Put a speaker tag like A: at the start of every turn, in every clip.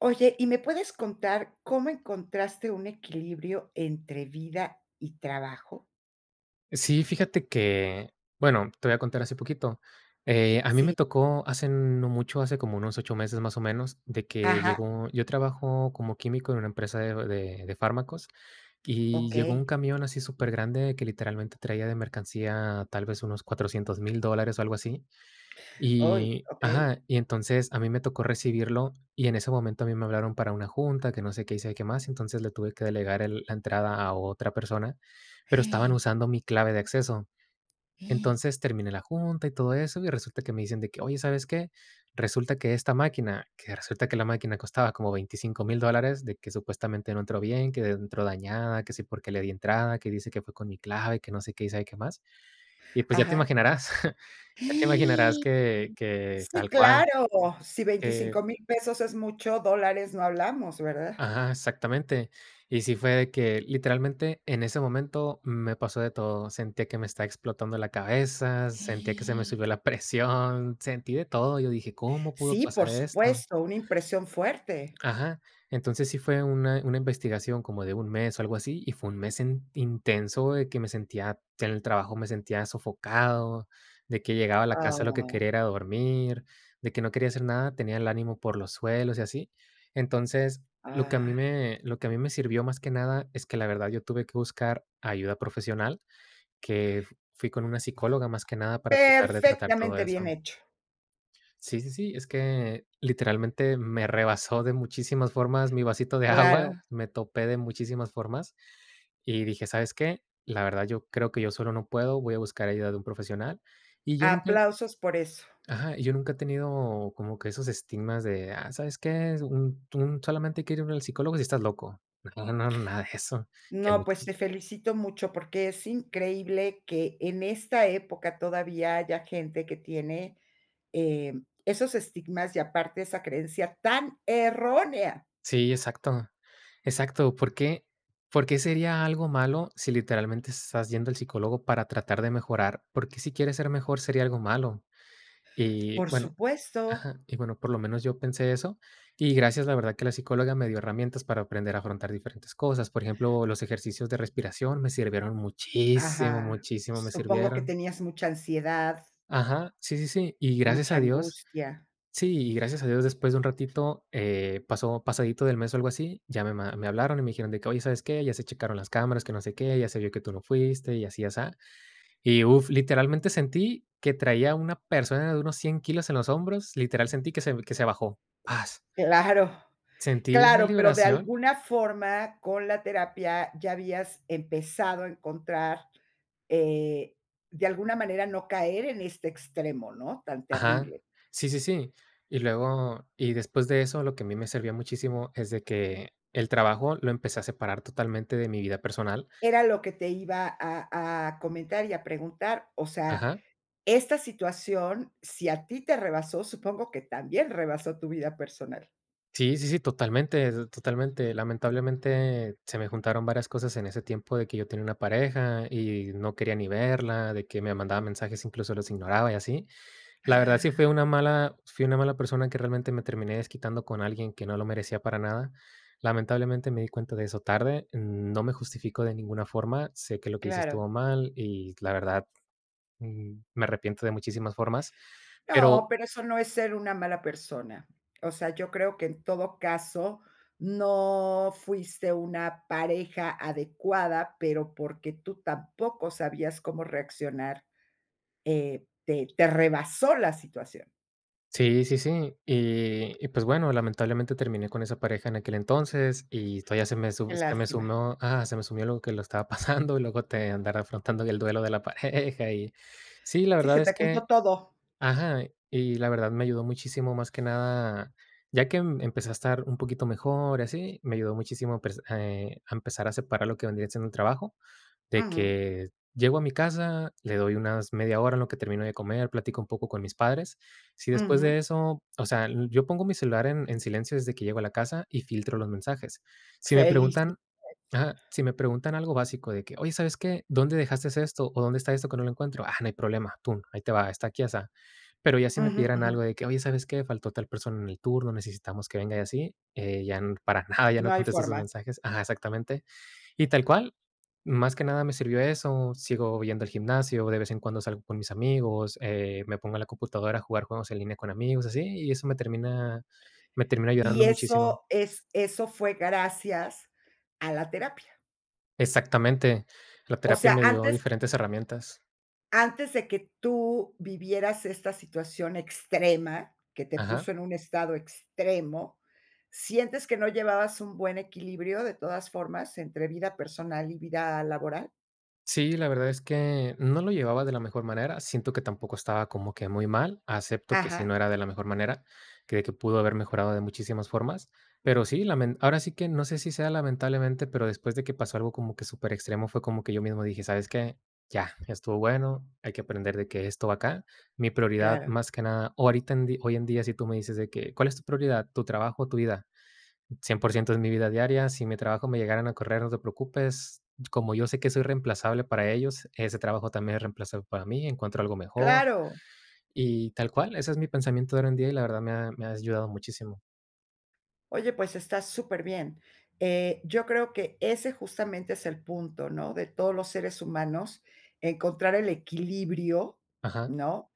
A: Oye, ¿y me puedes contar cómo encontraste un equilibrio entre vida y trabajo?
B: Sí, fíjate que, bueno, te voy a contar hace poquito. A mí
A: Sí.
B: me tocó hace no mucho, hace como unos 8 meses más o menos, de que
A: Ajá,
B: llegó yo trabajo como químico en una empresa de fármacos, y llegó
A: okey.
B: un camión así súper grande que literalmente traía de mercancía tal vez unos 400.000 dólares o algo así.
A: Hoy.
B: Y
A: Okey.
B: ajá, y entonces a mí me tocó recibirlo, y en ese momento a mí me hablaron para una junta, que no sé qué hice y sé qué más, entonces le tuve que delegar el la entrada a otra persona, pero estaban usando mi clave de acceso. Entonces terminé la junta y todo eso, y resulta que me dicen de que: "Oye, ¿sabes qué? Resulta que esta máquina", que resulta que la máquina costaba como 25.000 dólares, de que supuestamente no entró bien, que entró dañada, que sí porque le di entrada, que dice que fue con mi clave, que no sé qué hice y sabe qué más. Y pues ya te
A: Ajá.
B: imaginarás. Ya te imaginarás que
A: Sí,
B: tal cual,
A: claro. Si
B: que
A: 25,000 pesos es mucho, dólares no hablamos, ¿verdad?
B: ajá, exactamente. Y sí fue de que, literalmente, en ese momento me pasó de todo. Sentía que me estaba explotando la cabeza, sentía que se me subió la presión, sentí de todo. Yo dije: "¿Cómo pudo
A: Sí,
B: pasar
A: por
B: esto?"
A: supuesto, una impresión fuerte.
B: Ajá. Entonces sí fue una investigación como de un mes o algo así, y fue un mes en intenso de que me sentía en el trabajo me sentía sofocado, de que llegaba a la casa lo que
A: Ay,
B: quería era dormir, de que no quería hacer nada, tenía el ánimo por los suelos y así. Entonces,
A: ay.
B: lo que a mí me sirvió más que nada es que la verdad yo tuve que buscar ayuda profesional, que fu fui con una psicóloga más que nada para tratar todo
A: Perfectamente bien
B: eso.
A: hecho.
B: Sí, sí, sí, es que literalmente me rebasó de muchísimas formas mi vasito de
A: Claro,
B: agua, me topé de muchísimas formas y dije, ¿sabes qué? La verdad yo creo que yo solo no puedo, voy a buscar ayuda de un profesional. Y yo nunca,
A: aplausos por eso.
B: ajá, y yo nunca he tenido como que esos estigmas de, ah, ¿sabes qué? Solamente hay que ir al psicólogo si estás loco. No, no, nada de eso. Que
A: No, pues
B: muchis-
A: te felicito mucho porque es increíble que en esta época todavía haya gente que tiene, eh, esos estigmas y aparte esa creencia tan errónea.
B: Sí, exacto. Exacto, por qué sería algo malo si literalmente estás yendo al psicólogo para tratar de mejorar? ¿Porque si quieres ser mejor sería algo malo? Y
A: Por
B: bueno
A: supuesto.
B: ajá, y bueno, por lo menos yo pensé eso, y gracias, la verdad que la psicóloga me dio herramientas para aprender a afrontar diferentes cosas. Por ejemplo, los ejercicios de respiración me sirvieron muchísimo,
A: Ajá.
B: muchísimo me
A: Supongo que
B: sirvieron.
A: tenías mucha ansiedad,
B: Ajá, sí, sí, sí, y gracias
A: mucha
B: a Dios
A: angustia.
B: Sí, y gracias a Dios, después de un ratito, pasó pasadito del mes o algo así, ya me hablaron y me dijeron de que: "Oye, ¿sabes qué? Ya se checaron las cámaras, que no sé qué, ya se vio que tú no fuiste y así y asá". Y uf, literalmente sentí que traía una persona de unos 100 kilos en los hombros, literal sentí que se bajó, ¡paz!
A: Claro,
B: Sentí una
A: claro, pero de
B: liberación
A: alguna forma con la terapia ya habías empezado a encontrar, eh, de alguna manera no caer en este extremo, ¿no? Tan
B: ajá,
A: terrible.
B: sí, sí, sí. Y luego y después de eso, lo que a mí me servía muchísimo es de que el trabajo lo empecé a separar totalmente de mi vida personal
A: Era lo que te iba a comentar y a preguntar, o sea,
B: ajá.
A: esta situación, si a ti te rebasó, supongo que también rebasó tu vida personal.
B: Sí, sí, sí, totalmente, totalmente. Lamentablemente se me juntaron varias cosas en ese tiempo de que yo tenía una pareja y no quería ni verla, de que me mandaba mensajes, incluso los ignoraba y así. La verdad sí fue una mala, fui una mala persona que realmente me terminé desquitando con alguien que no lo merecía para nada. Lamentablemente me di cuenta de eso tarde, no me justifico de ninguna forma, sé que lo que hice estuvo
A: Claro.
B: mal y la verdad me arrepiento de muchísimas formas,
A: No,
B: pero
A: pero eso no es ser una mala persona. O sea, yo creo que en todo caso, no fuiste una pareja adecuada, pero porque tú tampoco sabías cómo reaccionar, te rebasó la situación.
B: Sí, sí, sí. Y pues bueno, lamentablemente terminé con esa pareja en aquel entonces y todavía
A: Qué
B: se me
A: lástima.
B: sumó ah, se me sumió lo que lo estaba pasando y luego te andar afrontando el duelo de la pareja y sí, la
A: Sí, se
B: verdad es
A: te juntó
B: que
A: todo.
B: ajá, y la verdad me ayudó muchísimo más que nada, ya que empecé a estar un poquito mejor y así, me ayudó muchísimo, pues, a empezar a separar lo que vendría siendo el trabajo de
A: Ujú,
B: que llego a mi casa, le doy unas media hora en lo que termino de comer, platico un poco con mis padres. Si después
A: ujú.
B: de eso, o sea, l yo pongo mi celular en silencio desde que llego a la casa y filtro los mensajes. Si me
A: Felici
B: preguntan ajá, si me preguntan algo básico de que: "Oye, ¿sabes qué? ¿Dónde dejaste esto? ¿O dónde está esto que no lo encuentro?". Ah, no hay problema, tú ahí te va, está aquí, asá. Pero ya si me
A: Ujú,
B: pidieran
A: ujú.
B: algo de que: "Oye, ¿sabes qué? Faltó tal persona en el turno, necesitamos que venga", y así, ya n para nada, ya no
A: No hay
B: contesto esos
A: forma.
B: mensajes. Ajá, exactamente. Y tal cual, más que nada me sirvió eso, sigo yendo al gimnasio, de vez en cuando salgo con mis amigos, me pongo a la computadora a jugar juegos en línea con amigos, así, y eso me termina
A: Y
B: ayudando muchísimo.
A: eso fue gracias a la terapia.
B: Exactamente, la
A: O
B: terapia
A: sea,
B: me dio
A: antes
B: diferentes herramientas.
A: antes de que tú vivieras esta situación extrema, que te puso
B: Ajá.
A: en un estado extremo, ¿sientes que no llevabas un buen equilibrio de todas formas entre vida personal y vida laboral?
B: Sí, la verdad es que no lo llevaba de la mejor manera. Siento que tampoco estaba como que muy mal. Acepto que sí no
A: Ajá,
B: era de la mejor manera, que pudo haber mejorado de muchísimas formas. Pero sí, ahora sí que no sé si sea lamentablemente, pero después de que pasó algo como que súper extremo, fue como que yo mismo dije, ¿sabes qué? Ya, estuvo bueno, hay que aprender de que esto va acá. Mi prioridad
A: claro,
B: más que nada, ahorita hoy en día, si tú me dices de que, ¿cuál es tu prioridad? ¿Tu trabajo o tu vida? Cien por ciento es mi vida diaria. Si mi trabajo me llegaran a correr, no te preocupes. Como yo sé que soy reemplazable para ellos, ese trabajo también es reemplazable para mí. Encuentro algo mejor
A: claro.
B: y tal cual. Ese es mi pensamiento de hoy en día y la verdad me ha ayudado muchísimo.
A: Oye, pues está superbién. Yo creo que ese justamente es el punto, ¿no? De todos los seres humanos, encontrar el equilibrio,
B: Ajá.
A: ¿no?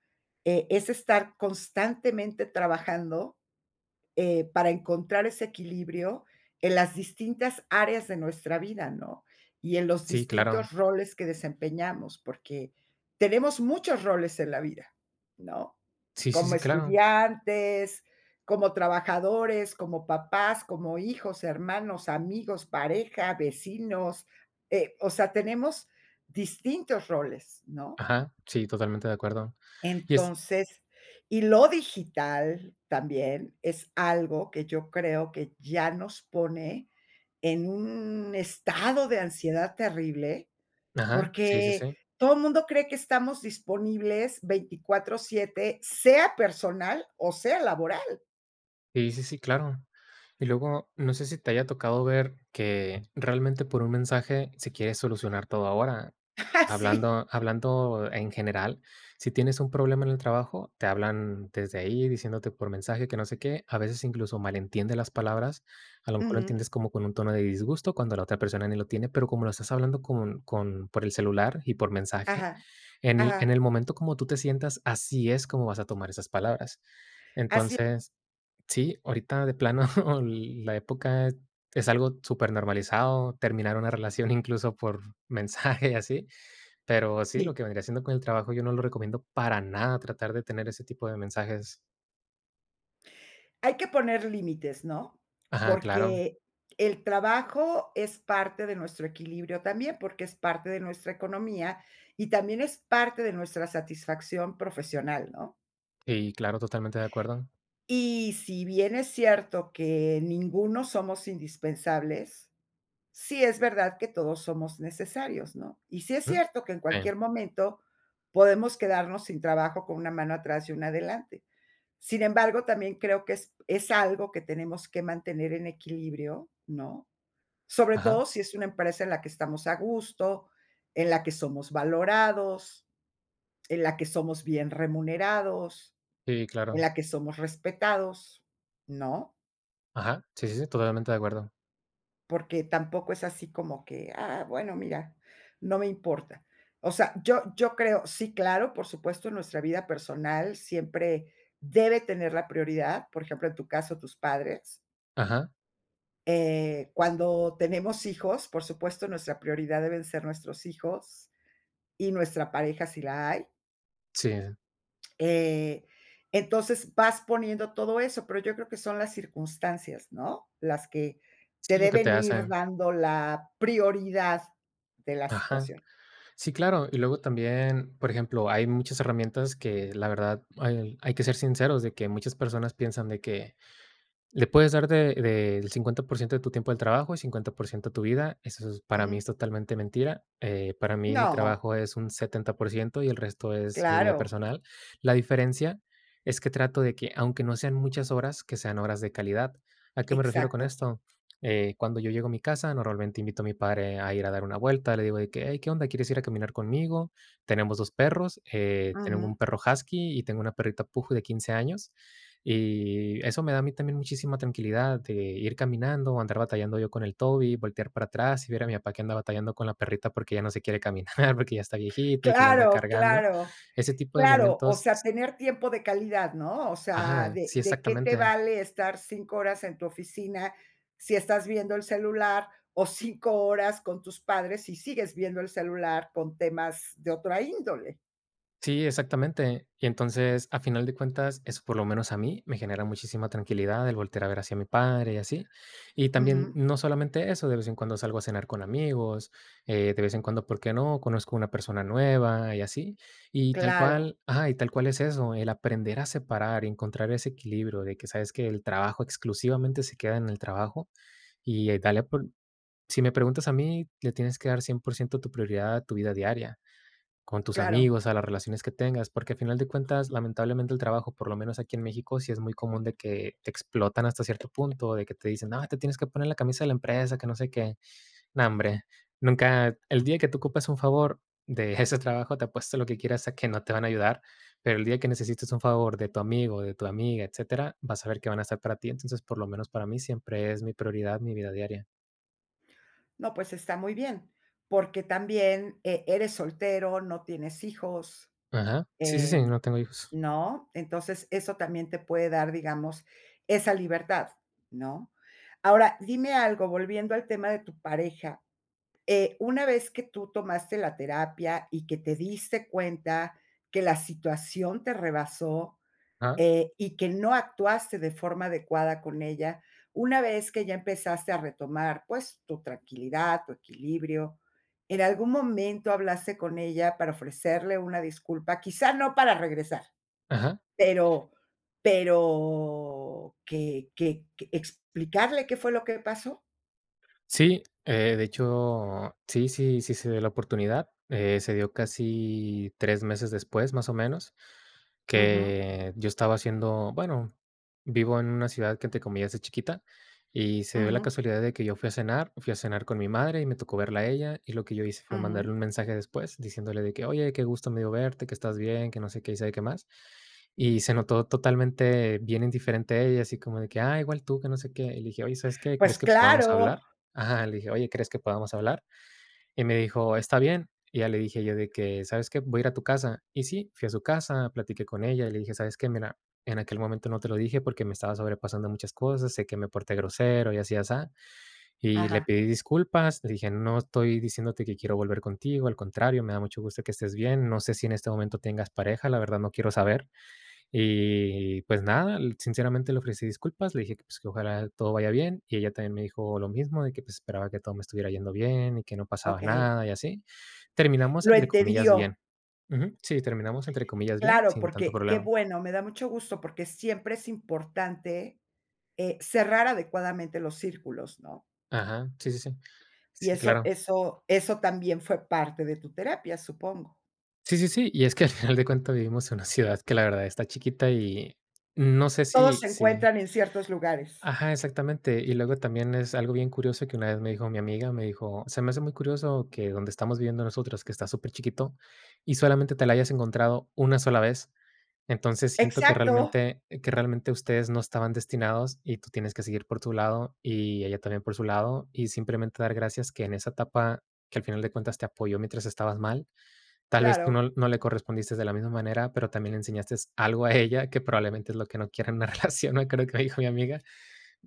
A: Es estar constantemente trabajando para encontrar ese equilibrio en las distintas áreas de nuestra vida, ¿no? Y en los
B: Sí, claro.
A: distintos roles que desempeñamos, porque tenemos muchos roles en la vida, ¿no?
B: Sí, sí,
A: Como
B: sí, claro.
A: estudiantes, como trabajadores, como papás, como hijos, hermanos, amigos, pareja, vecinos, o sea, tenemos distintos roles, ¿no?
B: Ajá. Sí, totalmente de acuerdo. Y es.
A: Entonces, y lo digital también es algo que yo creo que ya nos pone en un estado de ansiedad terrible,
B: Ajá. Sí, sí,
A: porque
B: sí.
A: todo el mundo cree que estamos disponibles 24/7 sea personal o sea laboral.
B: Sí, sí, sí, claro. Y luego, no sé si te haya tocado ver que realmente por un mensaje se quiere solucionar todo ahora.
A: Así.
B: Hablando en general, si tienes un problema en el trabajo, te hablan desde ahí diciéndote por mensaje que no sé qué, a veces incluso malentiende las palabras, a lo mejor lo
A: Ujú.
B: entiendes como con un tono de disgusto cuando la otra persona ni lo tiene, pero como lo estás hablando con por el celular y por mensaje,
A: Ajá,
B: en
A: ajá.
B: el momento como tú te sientas, así es como vas a tomar esas palabras.
A: Así es,
B: Entonces Sí, ahorita de plano la época es algo súper normalizado terminar una relación incluso por mensaje y así, pero sí, lo
A: sí.
B: que vendría haciendo con el trabajo, yo no lo recomiendo para nada tratar de tener ese tipo de mensajes.
A: Hay que poner límites, ¿no?
B: Ajá, claro.
A: Porque el trabajo es parte de nuestro equilibrio también, porque es parte de nuestra economía y también es parte de nuestra satisfacción profesional, ¿no?
B: Y claro, totalmente de acuerdo.
A: Y si bien es cierto que ninguno somos indispensables, sí es verdad que todos somos necesarios, ¿no? Y sí es
B: Ujú.
A: cierto que en
B: Sí,
A: cualquier momento podemos quedarnos sin trabajo con una mano atrás y una adelante. Sin embargo, también creo que es algo que tenemos que mantener en equilibrio, ¿no? Sobre
B: ajá,
A: todo si es una empresa en la que estamos a gusto, en la que somos valorados, en la que somos bien remunerados,
B: sí,
A: en
B: claro.
A: la que somos respetados, ¿no?
B: Ajá, sí, sí, sí, totalmente de acuerdo.
A: Porque tampoco es así como que, ah, bueno, mira, no me importa. O sea, yo creo, sí, claro, por supuesto, nuestra vida personal siempre debe tener la prioridad, por ejemplo, en tu caso, tus padres.
B: Ajá,
A: Cuando tenemos hijos, por supuesto, nuestra prioridad deben ser nuestros hijos y nuestra pareja si la hay.
B: sí, sí,
A: Eh, entonces vas poniendo todo eso, pero yo creo que son las circunstancias, ¿no? Las que te
B: sí, lo que te
A: deben ir
B: hacen.
A: dando la prioridad de la
B: Ajá.
A: situación.
B: Sí, claro. Y luego también, por ejemplo, hay muchas herramientas que la verdad hay que ser sinceros de que muchas personas piensan de que, le puedes dar de del 50% de tu tiempo al trabajo y 50% a tu vida. Eso es para mí
A: Ujú.
B: es totalmente mentira. Para mí, mi
A: No,
B: trabajo es un 70% y el resto es mi vida
A: claro,
B: personal. La diferencia es que trato de que, aunque no sean muchas horas, que sean horas de calidad. ¿A qué me refiero con
A: exacto.
B: esto? Cuando yo llego a mi casa, normalmente invito a mi padre a ir a dar una vuelta. Le digo de que, hey, ¿qué onda? ¿Quieres ir a caminar conmigo? Tenemos 2 perros, tengo
A: Ujú.
B: un perro husky y tengo una perrita puju de 15 años. Y eso me da a mí también muchísima tranquilidad de ir caminando, andar batallando yo con el Toby, voltear para atrás y ver a mi papá que anda batallando con la perrita porque ya no se quiere caminar, porque ya está viejita y que la anda
A: Claro,
B: cargando.
A: claro.
B: Ese tipo de
A: Claro, o
B: momentos
A: sea, tener tiempo de calidad, ¿no? O sea,
B: Ajá,
A: de
B: sí,
A: de qué te
B: exactamente.
A: vale estar 5 horas en tu oficina si estás viendo el celular, o 5 horas con tus padres si sigues viendo el celular con temas de otra índole.
B: Sí, exactamente. Y entonces, a final de cuentas, eso por lo menos a mí me genera muchísima tranquilidad el voltear a ver hacia mi padre y así. Y también,
A: Ujú.
B: no solamente eso, de vez en cuando salgo a cenar con amigos, de vez en cuando, ¿por qué no? Conozco una persona nueva y así. Y tal
A: Claro,
B: cual, ajá, y tal cual es eso, el aprender a separar y encontrar ese equilibrio de que sabes que el trabajo exclusivamente se queda en el trabajo y eh, dale por, si me preguntas a mí, le tienes que dar 100% tu prioridad a tu vida diaria con tus
A: claro.
B: amigos, a las relaciones que tengas, porque al final de cuentas, lamentablemente el trabajo, por lo menos aquí en México, sí es muy común de que te explotan hasta cierto punto, de que te dicen, no, te tienes que poner la camisa de la empresa, que no sé qué. No, hombre, nunca, el día que tú ocupas un favor de ese trabajo, te apuesto lo que quieras a que no te van a ayudar, pero el día que necesites un favor de tu amigo, de tu amiga, etcétera, vas a ver que van a estar para ti. Entonces, por lo menos para mí siempre es mi prioridad, mi vida diaria.
A: No, pues está muy bien, porque también eres soltero, no tienes hijos,
B: Ajá. Sí, sí,
A: eh
B: sí, no tengo hijos.
A: ¿no? Entonces, eso también te puede dar, digamos, esa libertad, ¿no? Ahora, dime algo, volviendo al tema de tu pareja, una vez que tú tomaste la terapia y que te diste cuenta que la situación te rebasó,
B: Ajá,
A: y que no actuaste de forma adecuada con ella, una vez que ya empezaste a retomar, pues, tu tranquilidad, tu equilibrio, ¿en algún momento hablaste con ella para ofrecerle una disculpa? Quizá no para regresar.
B: ajá.
A: Pero pero que explicarle qué fue lo que pasó.
B: Sí, de hecho, sí, sí, sí se dio la oportunidad. Se dio casi 3 meses después, más o menos,
A: Ujú,
B: que yo estaba haciendo bueno, vivo en una ciudad que, entre comillas, es chiquita, y se dio la
A: ujú,
B: casualidad de que yo fui a cenar con mi madre y me tocó verla a ella, y lo que yo hice fue
A: ujú.
B: mandarle un mensaje después diciéndole de que: "Oye, qué gusto me dio verte, que estás bien, que no sé qué y sabe qué más". Y se notó totalmente bien indiferente a ella, así como de que: "Ah, igual tú, que no sé qué". Y le dije: "Oye, ¿sabes qué?
A: Pues
B: ¿Crees que podamos
A: claro.
B: hablar?". Ajá, le dije: "Oye, ¿crees que podamos hablar?". Y me dijo: "Está bien". Y ya le dije yo de que: "¿Sabes qué? Voy a ir a tu casa". Y sí, fui a su casa, platiqué con ella y le dije: "¿Sabes qué? Mira, en aquel momento no te lo dije porque me estaba sobrepasando muchas cosas, sé que me porté grosero y así, asá". Y le
A: Ajá,
B: pedí disculpas, le dije: "No estoy diciéndote que quiero volver contigo, al contrario, me da mucho gusto que estés bien. No sé si en este momento tengas pareja, la verdad no quiero saber". Y pues nada, sinceramente le ofrecí disculpas, le dije que, pues, que ojalá todo vaya bien y ella también me dijo lo mismo, de que pues esperaba que todo me estuviera yendo bien y que no pasaba
A: okey.
B: nada y así. Terminamos
A: Lo
B: entre comillas
A: entendió.
B: bien. Ujú. Sí, terminamos entre comillas bien,
A: Claro,
B: sin tanto
A: porque qué
B: problema.
A: bueno, me da mucho gusto, porque siempre es importante, cerrar adecuadamente los círculos, ¿no?
B: Ajá, sí, sí, sí.
A: Y
B: Sí,
A: eso
B: claro.
A: eso eso también fue parte de tu terapia, supongo.
B: Sí, sí, sí. Y es que al final de cuentas vivimos en una ciudad que la verdad está chiquita y no sé
A: Todos
B: si
A: se
B: sí.
A: encuentran en ciertos lugares.
B: Ajá, exactamente. Y luego también es algo bien curioso que una vez me dijo mi amiga, me dijo, se me hace muy curioso que donde estamos viviendo nosotros, que está súper chiquito, y solamente te la hayas encontrado una sola vez. Entonces siento que
A: Exacto,
B: realmente, que realmente ustedes no estaban destinados y tú tienes que seguir por tu lado y ella también por su lado y simplemente dar gracias que en esa etapa que al final de cuentas te apoyó mientras estabas mal, tal vez tú
A: claro,
B: no le correspondiste de la misma manera, pero también le enseñaste algo a ella que probablemente es lo que no quiere en una relación, ¿no? Creo que me dijo mi amiga.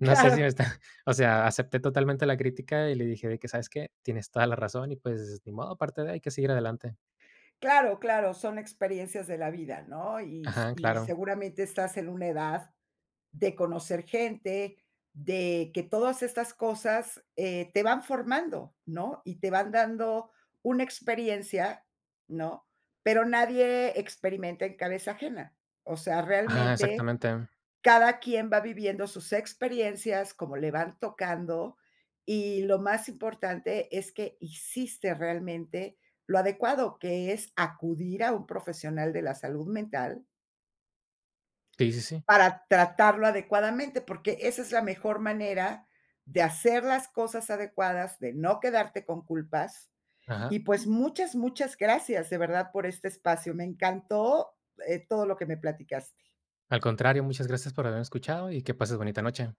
B: sé si
A: claro.
B: me está o sea, acepté totalmente la crítica y le dije de que: "¿Sabes qué? Tienes toda la razón y, pues, ni modo, aparte de hay que seguir adelante".
A: Claro, claro, son experiencias de la vida, ¿no? Y s
B: Ajá,
A: y
B: claro.
A: seguramente estás en una edad de conocer gente, de que todas estas cosas, te van formando, ¿no? Y te van dando una experiencia, ¿no? Pero nadie experimenta en cabeza ajena. O sea,
B: Ajá,
A: realmente
B: exactamente.
A: cada quien va viviendo sus experiencias, como le van tocando, y lo más importante es que hiciste realmente lo adecuado, que es acudir a un profesional de la salud mental
B: Sí, sí, sí.
A: para tratarlo adecuadamente, porque esa es la mejor manera de hacer las cosas adecuadas, de no quedarte con culpas.
B: Ajá.
A: Y pues muchas, muchas gracias de verdad por este espacio. Me encantó todo lo que me platicaste.
B: Al contrario, muchas gracias por haberme escuchado y que pases bonita noche.